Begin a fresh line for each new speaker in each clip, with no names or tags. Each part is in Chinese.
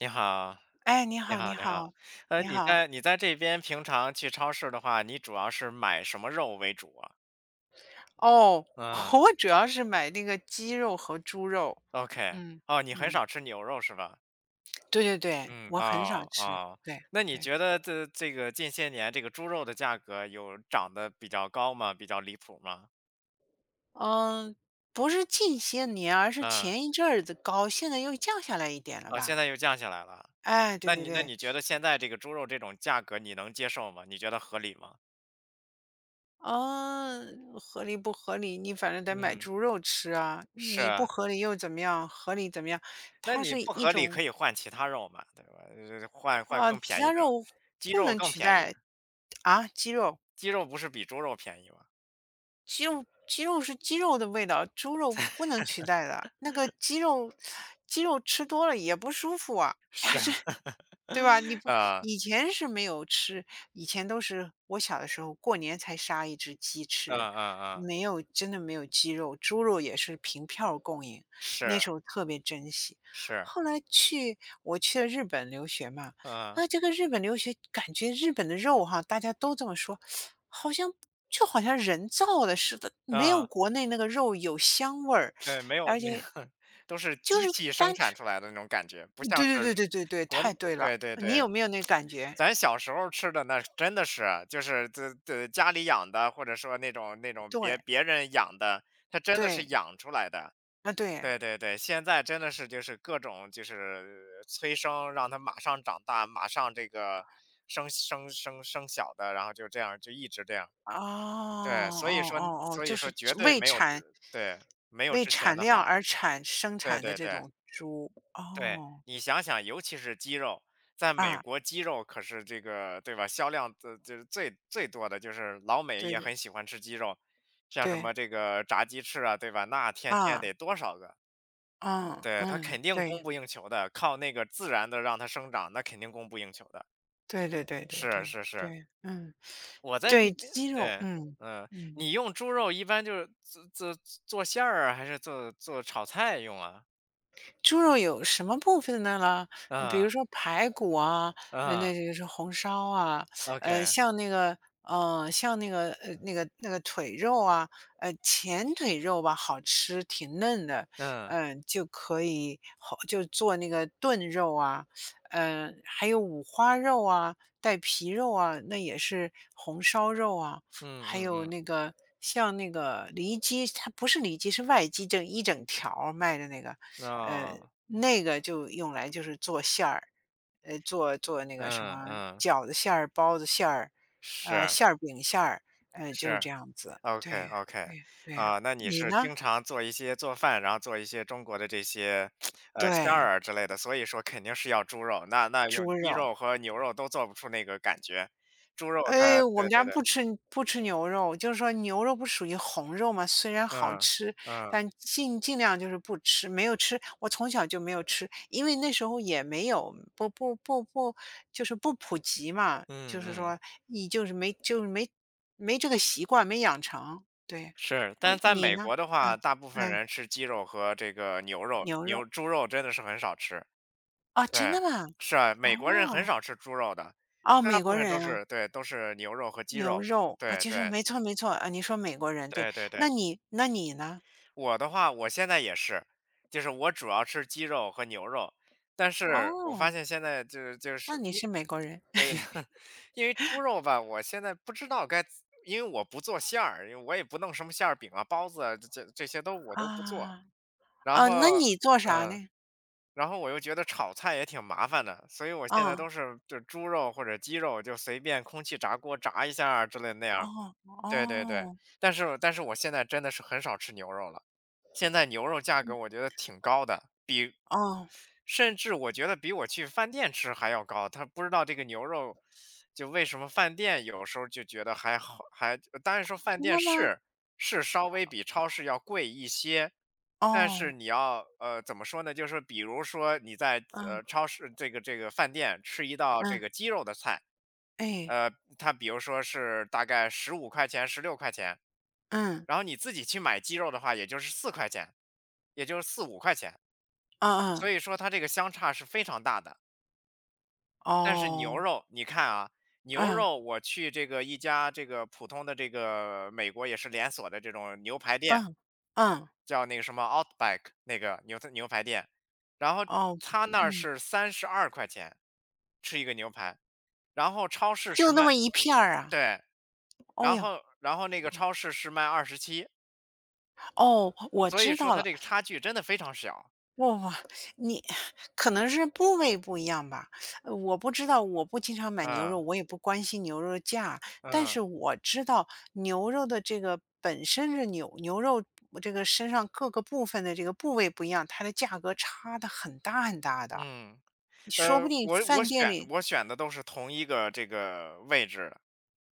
你好，
哎，你
你
好，你
好，你好。
好，你
你
好。
在你在这边平常去超市的话，你主要是买什么肉为主啊？
哦，
嗯
我主要是买那个鸡肉和猪肉。
，OK，
嗯，
哦，你很
嗯，
少吃牛肉是吧？
对对对，
嗯，
我很少
哦
吃，
哦，
对，
那你
对。
觉得这个近些年这个猪肉的价格有涨得比较高吗？比较离谱吗？
嗯，不是近些年，而是
嗯，
前一阵儿的高，现在又降下来一点了
哦，现
吧？
在又降下来了。
哎，对
那
对
你那
对，
你觉得现在这个猪肉这种价格你能接受吗？你觉得合理吗？
嗯，合理不合理？你反正得买
嗯，
猪肉吃啊，你不
是。
合理又怎么样？合理怎么样？
那
它
你
是
不
一
合理
种
可以换其他肉嘛，对吧？换
啊，
更
其
便
他
宜的，
肉
鸡
不
肉
能
更
取
便宜，
代啊，鸡肉。
鸡肉不是比猪肉便宜吗？
鸡肉是鸡肉的味道，猪肉不能取代的。那个鸡肉吃多了也不舒服啊。
是，
对吧？你 不
呃，
以前是没有吃，以前都是我小的时候过年才杀一只鸡
嗯
吃，
嗯嗯，
没有真的没有鸡肉，猪肉也是凭票儿供应，
是
那时候特别珍惜。
是，
后来去我去了日本留学嘛，
嗯
啊，这个日本留学感觉日本的肉哈，大家都这么说，好像就好像人造的似的，没有
嗯，
国内那个肉有香味儿，
对，没有
而
那个
且
都是
就
机
是
器生
单
产
纯
出来的那种感觉，不
对
像
对对
是
对对对，
国
太对了，
对对
你
对，
有没有那感觉？
咱小时候吃的那真的是啊就是这家里养的，或者说那种
对，
别人养的，它真的是
对，
养出来的。
啊，对，
对对对，现在真的是就是各种就是催生，让它马上长大，马上这个生生生生小的，然后就这样就一直这样。
哦，
对，所以
哦
说
哦哦，
所
就
以说
是
绝对
为
没有之
产
对，没有
为
之前
产
的
量
好。
而产生
对
产的
对
这
对
种猪，
对，
哦，
你想想，尤其是鸡肉，在美
啊，
国鸡肉可是这个对吧，销量就是最多的，就是老美
对
也
对
很喜欢吃鸡肉，像什
对，
么这个炸鸡翅啊，对吧？那天天
啊，
得多少个。
嗯
对，它
嗯，
肯定
对，
供不应求的，靠那个自然的让它生长，那肯定供不应求的。
对对对对
是
对
是是，
对，嗯，
我在这
对，
边
鸡肉，
对，
嗯，
嗯，
嗯。
你用猪肉一般就是做做馅儿啊，还是做炒菜用啊？
猪肉有什么部分的呢？比如
嗯
说排骨啊，
嗯
那就是红烧啊，
，OK，
像那个，像那个，那个那个腿肉啊，前腿肉吧，好吃，挺嫩的，
嗯，
嗯、就可以好就做那个炖肉啊，嗯、还有五花肉啊，带皮肉啊，那也是红烧肉啊，
嗯
还
嗯
有
嗯，
那个。像那个里脊，它不是里脊，是外脊，整一整条儿卖的那个，呃，
哦，
那个就用来就是做馅儿，做做那个什
嗯
么
嗯，
饺子馅儿、包子馅儿，
是
馅儿饼馅儿，就是
是。
这样子。对，
OK OK，
对，对，
啊，那你
你
是
呢？
经常做一些做饭，然后做一些中国的这些，香
对，
饵之类的，所以说肯定是要猪肉，那用
猪
鸡
肉。
肉和牛肉都做不出那个感觉，猪肉它
哎，我们
对
家
对对，
不吃牛肉，就是说牛肉不属于红肉嘛，虽然好
嗯
吃，
嗯
但尽量就是不吃，没有吃。我从小就没有吃，因为那时候也没有不不不不，就是不普及嘛，就
嗯
是
嗯，
说你就是没这个习惯，没养成。对，
是，但
嗯
是在
你
美
呢？
国的话，
嗯
大部分
嗯，
人吃鸡肉和这个牛肉，
牛肉
牛猪肉真的是很少吃，
啊，真
对，
的吗？
是啊，
哦
美国人很少吃猪肉的，
哦，
大
美
部
国
分都
人啊，
是对，都是牛肉和鸡
牛
肉，
肉啊，
对
其实
对
没错没错啊，你说美国人对，
对对
那
对。
你那你呢？
我的话，我现在也是，就是我主要吃鸡肉和牛肉，但是我发
哦，
现现在就是就
那
是
你
因
是美国人。
为 因为猪肉吧，我现在不知道该怎，因为我不做馅儿，因为我也不弄什么馅儿饼啊、包子啊，这些都我都不做。
啊，
然
哦，
后，
那你做啥
嗯，
呢？
然后我又觉得炒菜也挺麻烦的，所以我现在
啊，
都是就猪肉或者鸡肉，就随便空气炸锅炸一下儿之类那样儿
哦，
对对对，
哦，
但是我现在真的是很少吃牛肉了，现在牛肉价格我觉得挺高的，比
哦，
甚至我觉得比我去饭店吃还要高。他不知道这个牛肉，就为什么饭店有时候就觉得还好，还当然说饭
真
店
的吗？
是是稍微比超市要贵一些，但是
哦，
你要怎么说呢？就是比如说你在
嗯，
超市这个饭店吃一道这
嗯，
个鸡肉的菜，
哎，
呃，它比如说是大概15块钱、16块钱。
嗯，
然后你自己去买鸡肉的话，也就是4块钱，也就是4、5块钱，
嗯
所
嗯，
以说它这个相差是非常大的。但是
哦，
牛肉，你看啊，牛
嗯，
肉我去这个一家这个普通的这个美国也是连锁的这种牛排店，
嗯，嗯，
叫那个什么 Outback 那个牛排店，然后
哦，
他那儿
嗯，
是32块钱吃一个牛排，然后超市是
就那
卖
么一片儿啊？
对，
哦
然
哟，
后然后那个超市是卖27。
哦，我
所以
知
说
道
它
了。
这个差距真的非常小，
不不，你可能是部位不一样吧，我不知道，我不经常买牛肉，
嗯，
我也不关心牛肉价，但
嗯。
是我知道牛肉的这个本身是牛肉这个身上各个部分的这个部位不一样，它的价格差的很大很大的。
嗯，
说
嗯
不定
我我
饭店
选
里
我选的都是同一个这个位置的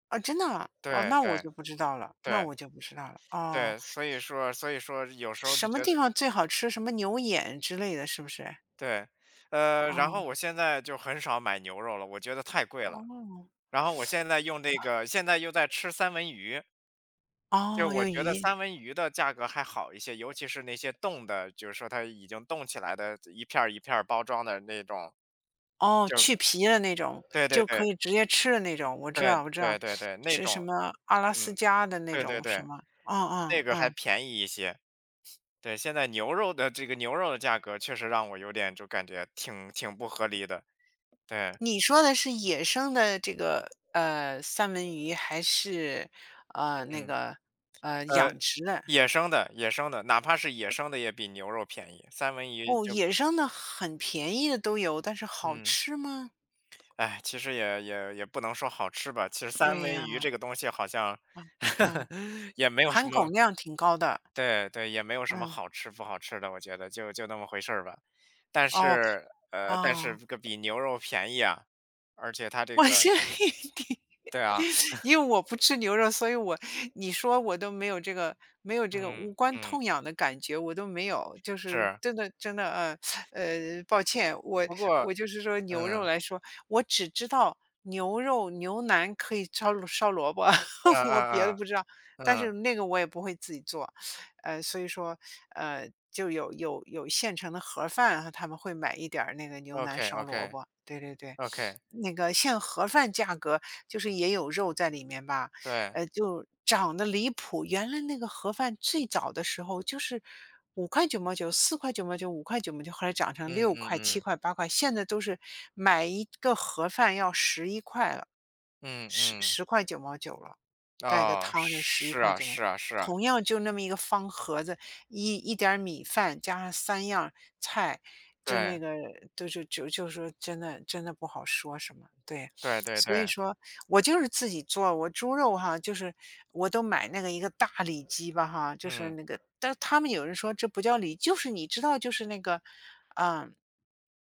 啊，真的啊？哦，
对
那我
对
就不知道了，那
对
我就不知道了。哦，
对，所以说有时候
什
就
么
觉得
地方最好吃？什么牛眼之类的，是不是？
对，然后
哦，
我现在就很少买牛肉了，我觉得太贵了。
哦，
然后我现在用这个现在又在吃三文鱼，就
哦，
我
有
觉得
鱼
三文鱼的价格还好一些，尤其是那些冻的，就是说它已经冻起来的，一片儿一片儿包装的那种，
哦，
就
去皮的那种，
对对
就可
对，
以直接吃的那种，我知道
对
我知道，
对对对，那
是什
种，
么阿拉
嗯，
斯加的那
对对
种什
对。
么，嗯
那
嗯
个还
嗯。
便宜一些。对，现在牛肉的这个牛肉的价格确实让我有点就感觉挺不合理的。对，
你说的是野生的这个，三文鱼还是，呃，那
嗯。
个，
呃，
养殖的？
野生的，哪怕是野生的也比牛肉便宜。三文鱼
哦，
就
野生的很便宜的都有，但是好
嗯，
吃吗？
哎，其实也不能说好吃吧，其实三
对
文
呀，
鱼这个东西好像
嗯嗯，
也没有什
含
么，
汞量挺高的，
对对，也没有什么
嗯，
好吃不好吃的，我觉得就那么回事儿吧。但
哦，
是但是
哦，
这个比牛肉便宜啊，而且它这
我
个
这一听
对啊，
因为我不吃牛肉，所以我你说我都没有这个没有这个
嗯
无关
嗯，
痛痒的感觉，我都没有，就是
是，
真的真的抱歉，我
不过
我就是说牛肉
嗯，
来说，我只知道牛肉牛腩可以烧烧萝卜，
嗯
我别的
嗯
不知道，
嗯
但是
嗯
那个我也不会自己做，所以说就有有有现成的盒饭，他们会买一点儿那个牛
，OK
腩烧萝
OK
卜，对对对。
OK，
那个现盒饭价格就是也有肉在里面吧，
对，
就涨得离谱。原来那个盒饭最早的时候就是五块九毛九、4.99块、五块九毛九，后来涨成
嗯
六
嗯
块、七
嗯
块、8块，现在都是买一个盒饭要十一块了。
嗯
十
嗯，
10.99块了，带个
哦，
汤就十一
是
块
啊
九毛九。
是啊是啊，
同样就那么一个方盒子，一一点儿米饭加上3样菜，就那
对
个就就就就说真的真的不好说什么，对。
对对
所以
对，
说我就是自己做，我猪肉哈，就是我都买那个一个大里脊吧哈，就是
嗯，
那个，但是他们有人说这不叫里，就是你知道，就是那个，嗯，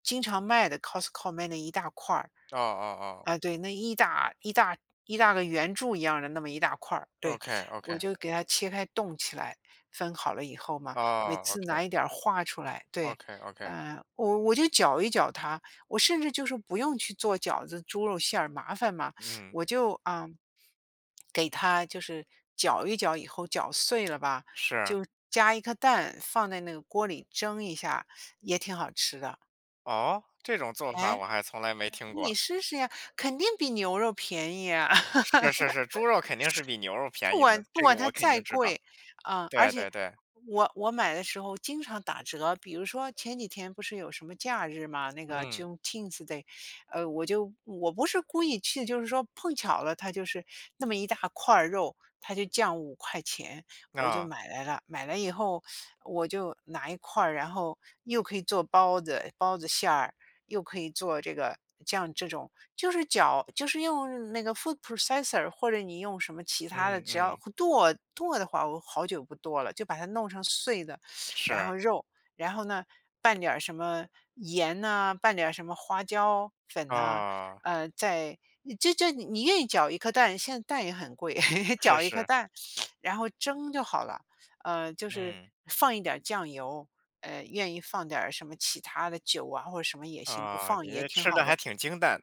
经常卖的 Costco 卖那一大块儿，
哦哦
啊，对，那一大个圆柱一样的那么一大块儿，
哦
对，
，OK
我
OK，
就给它切开冻起来，分好了以后嘛，每
哦
次
OK
拿一点儿化出来，对，
OK OK，
嗯，我就搅一搅它，我甚至就是不用去做饺子、猪肉馅儿，麻烦嘛。
嗯，
我就啊，给它就是搅一搅，以后搅碎了吧，
是，
就加一颗蛋放在那个锅里蒸一下，也挺好吃的。
哦，这种做法
哎，
我还从来没听
你
过，
试试呀，肯定比牛肉便宜啊。
是是是，猪肉肯定是比牛肉便
不
宜
管
的，
不
这
管
个
它
我肯
再
定知道，
贵，啊，而
对
且
对对，
我买的时候经常打折。比如说前几天不是有什么假日嘛，那个
嗯，
Juneteenth Day,我就我不是故意去，就是说碰巧了，它就是那么一大块儿肉，它就降5块钱，我就
啊、
买来了。买来以后，我就拿一块儿，然后又可以做包子，包子馅儿，又可以做这个像这种，就是搅，就是用那个 food processor,或者你用什么其
嗯
他的，只要
嗯，
剁剁的话，我好久不剁了，就把它弄成碎的，然
是，
后肉，然后呢拌点儿什么盐呐、拌点儿什么花椒粉呐、
啊、
呃，再这这你你愿意搅一颗蛋，现在蛋也很贵，
是
搅一颗
是。
蛋，然后蒸就好了。就是
嗯，
放一点儿酱油，愿意放点儿什么其他的酒啊，或者什么也行，不
啊，
放
你
也
这
挺
吃
好
的还
的，
挺清淡，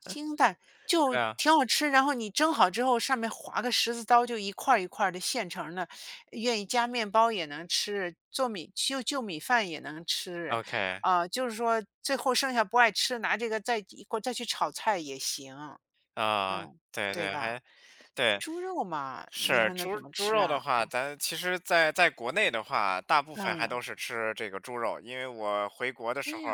清淡就
对啊
挺好吃。然后你蒸好之后，上面划个十字刀，就一块儿一块儿的现成的，愿意加面包也能吃，做米就就米饭也能吃，
，OK，
啊、就是说最后剩下不爱吃，拿这个再一块儿再去炒菜也行，
啊，
嗯，
对
对
对，
吧？
还对，
猪肉嘛，你
是
说那怎么
猪
吃
肉的
啊？
话，咱其实在国内的话，大部分还
嗯，
都是吃这个猪肉，因为我回国的时候
对呀、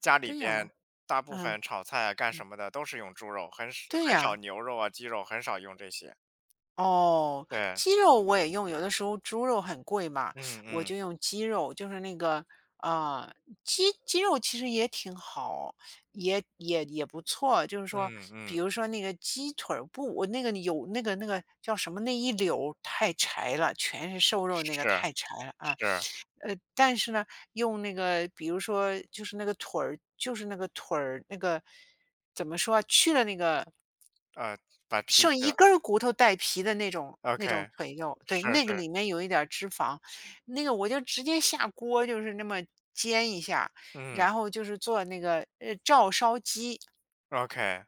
家里
对呀、
边大部
嗯
分炒菜啊干
嗯，
什么的都是用猪肉，很少
对
很少
呀、
牛肉啊、鸡肉，很少用这些。
哦，
对，
鸡肉我也用，有的时候猪肉很贵嘛，
嗯
我
嗯
就用鸡肉，就是那个啊、鸡肉其实也挺好，也不错。就是说，
嗯
比
嗯，
如说那个鸡腿儿不，我那个有那个那个叫什么那一绺儿太柴了，全是瘦肉
是
那个太柴了啊。
是，
但是呢，用那个比如说就是那个腿儿，就是那个腿儿那个怎么说啊去了那个。
呃，把皮
剩
去
一
了
根儿骨头带皮的那种那种
，OK，
腿肉，对，
是
那个
是，
里面有一点儿脂肪，那个我就直接下锅，就是那么煎一下，
嗯
然后就是做那个照烧鸡，
，OK。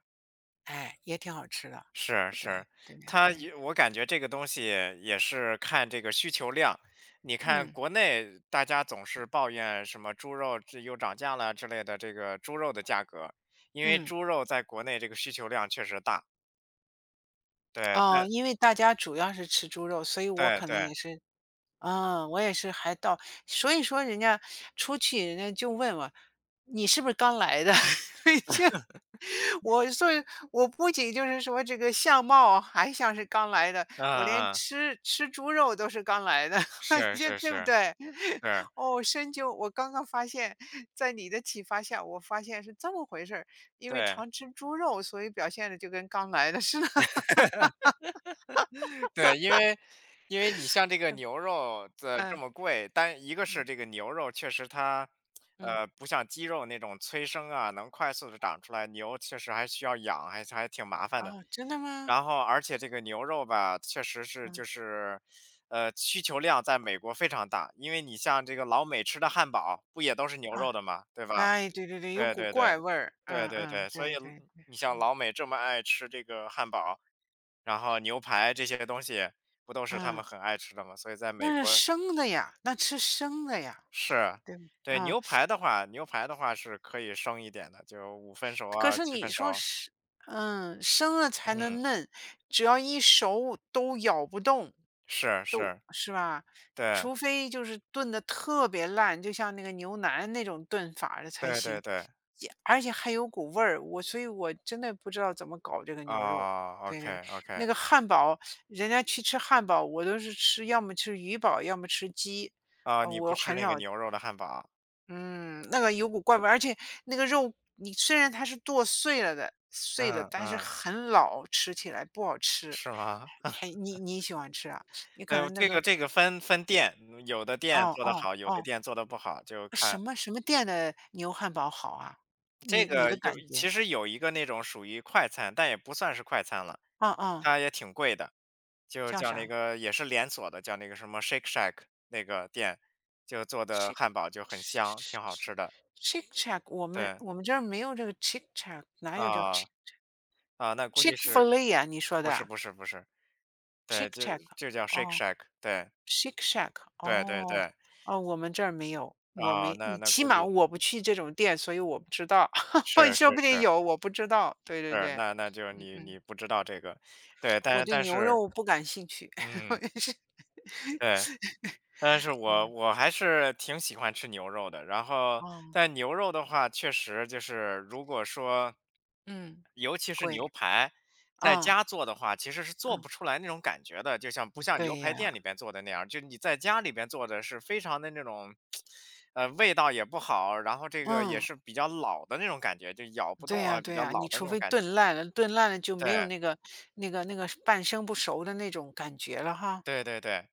哎，也挺好吃的，
是
对
是，
对
它
对，
也我感觉这个东西也是看这个需求量。你看
嗯
国内大家总是抱怨什么猪肉这又涨价了之类的，这个猪肉的价格，因为
嗯，
猪肉在国内这个需求量确实大。对
哦，
对
因为大家主要是吃猪肉，所以我
对
可能也
对，
是啊，我也是还到所以说人家出去人家就问我："你是不是刚来的？" 就我所以我不仅就是说这个相貌还像是刚来的，
嗯
我连
嗯，嗯
吃吃猪肉都是刚来的，
是
你说
是
对不
是，
对？
是，
哦，深究我刚刚发现，在你的启发下，我发现是这么回事儿，因为
对。
常吃猪肉，所以表现的就跟刚来的似的。
对，因为因为你像这个牛肉的这
嗯，
么贵，但一个是
嗯，
这个牛肉确实它，
嗯，
不像鸡肉那种催生啊，能快速的长出来，牛确实还需要养，还挺麻烦的。
哦，真的吗？
然后而且这个牛肉吧，确实是
嗯，
就是，需求量在美国非常大，因为你像这个老美吃的汉堡不也都是牛
啊。
肉的嘛，对吧？
哎，对对对，有
对
股
对对
怪味儿，
对
嗯
对
嗯，
对，所以
对
嗯
对对，
你像老美这么爱吃这个汉堡。然后牛排这些东西不都是他
嗯，
们很爱吃的吗？所以在美
那
国
是生的呀，那吃生的呀，
是，
对吧？
对，
啊，
牛排的话是可以生一点的，就5分熟
可
啊
是
七
你
分
说
熟。
是，嗯，生了才
嗯，
能嫩，只要一熟都咬不动，
是
都
是，
是吧？
对，
除非就是炖的特别烂，就像那个牛腩那种炖法儿的才
对
行，
对对，
也而且还有股味儿。我所以我真的不知道怎么搞这个牛肉。
哦
对
，OK
对对，
OK，
那个汉堡，人家去吃汉堡，我都是吃要么吃鱼堡，要么吃鸡，
哦，
啊，
你
我
不吃
很
那个
少，
牛肉的汉堡，
嗯，那个有股怪味儿，而且那个肉你虽然它是剁碎了的，碎了，
嗯
但是
嗯，
很老，吃起来不好吃。
是吗？
还你你喜欢吃啊？你
哎
可能那
这
个
个这个分店，嗯有的店
哦
做得
哦
好，有的
哦，
店做得不好，就
什
看
么什么店的牛汉堡好啊？
这
你你
个
的
有
感
其
觉？
实有一个那种属于快餐，但也不算是快餐了，
啊啊，
它也挺贵的，就
叫
叫那
啥
个也是连锁的，叫那个什么 Shake Shack 那个店，就做的
？Chick
汉堡就很香，挺好吃的。
Chick c h i c k 我们
对，
我们这儿没有这个 Chick c h i c k 哪有叫 Chick
啊啊，那估计
Chick
是
Fil A 啊？你说
不
的
是
啊
不是不是，对，
？Chick Chack
就叫 Shake
哦
Shack，对
，Chick Shack,
对对
哦
对，
哦，我们这儿没有，我
啊，
没，
那
你
那
起
估
码
计
我不去这种店，所以我不知道，我
是
说
是
不定
是
有，我不知道。对对
是，
对，
那那就
嗯
你
嗯，
你不知道这个，对，
我
但
对
但
牛
是
肉不感兴趣，我
嗯，
也是。
对。但是我还是挺喜欢吃牛肉的，然后
哦，
但牛肉的话，确实就是如果说，
嗯，
尤其是
贵，
牛排，在
嗯
家做的话，其实是做
嗯，
不出来那种感觉的，就像不像牛
对
排
呀，
店里边做的那样，就你在家里边做的是非常的那种，味道也不好，然后这个也
嗯，
是比较老的那种感觉，就咬不动
对呀
啊，比
对
较
呀，你
老的那
除
种
非
感觉。
炖烂了，炖烂了就没有
对，
那个那个半生不熟的那种感觉了哈。
对对对。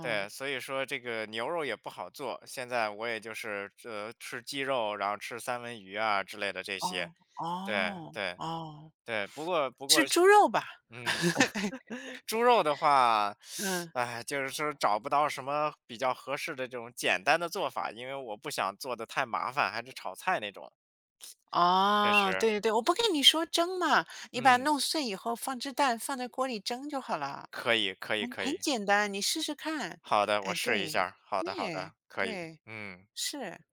对，所以说这个牛肉也不好做，现在我也就是吃鸡肉，然后吃三文鱼啊之类的这些。
哦
对
哦
对
哦，
对，不过不过，
吃猪肉吧？
嗯，猪肉的话，
嗯，
哎，就是说找不到什么比较合适的这种简单的做法，因为我不想做的太麻烦，还是炒菜那种。确
哦，
实，
对对对，我不跟你说蒸嘛，你把它
嗯，
弄碎以后放只蛋，放在锅里蒸就好了，
可以可以
很
可
很
以，
简单，你试试看。
好的，我
哎，
试一
对，
下儿好的好
对
的，可以，
对，
嗯。
是。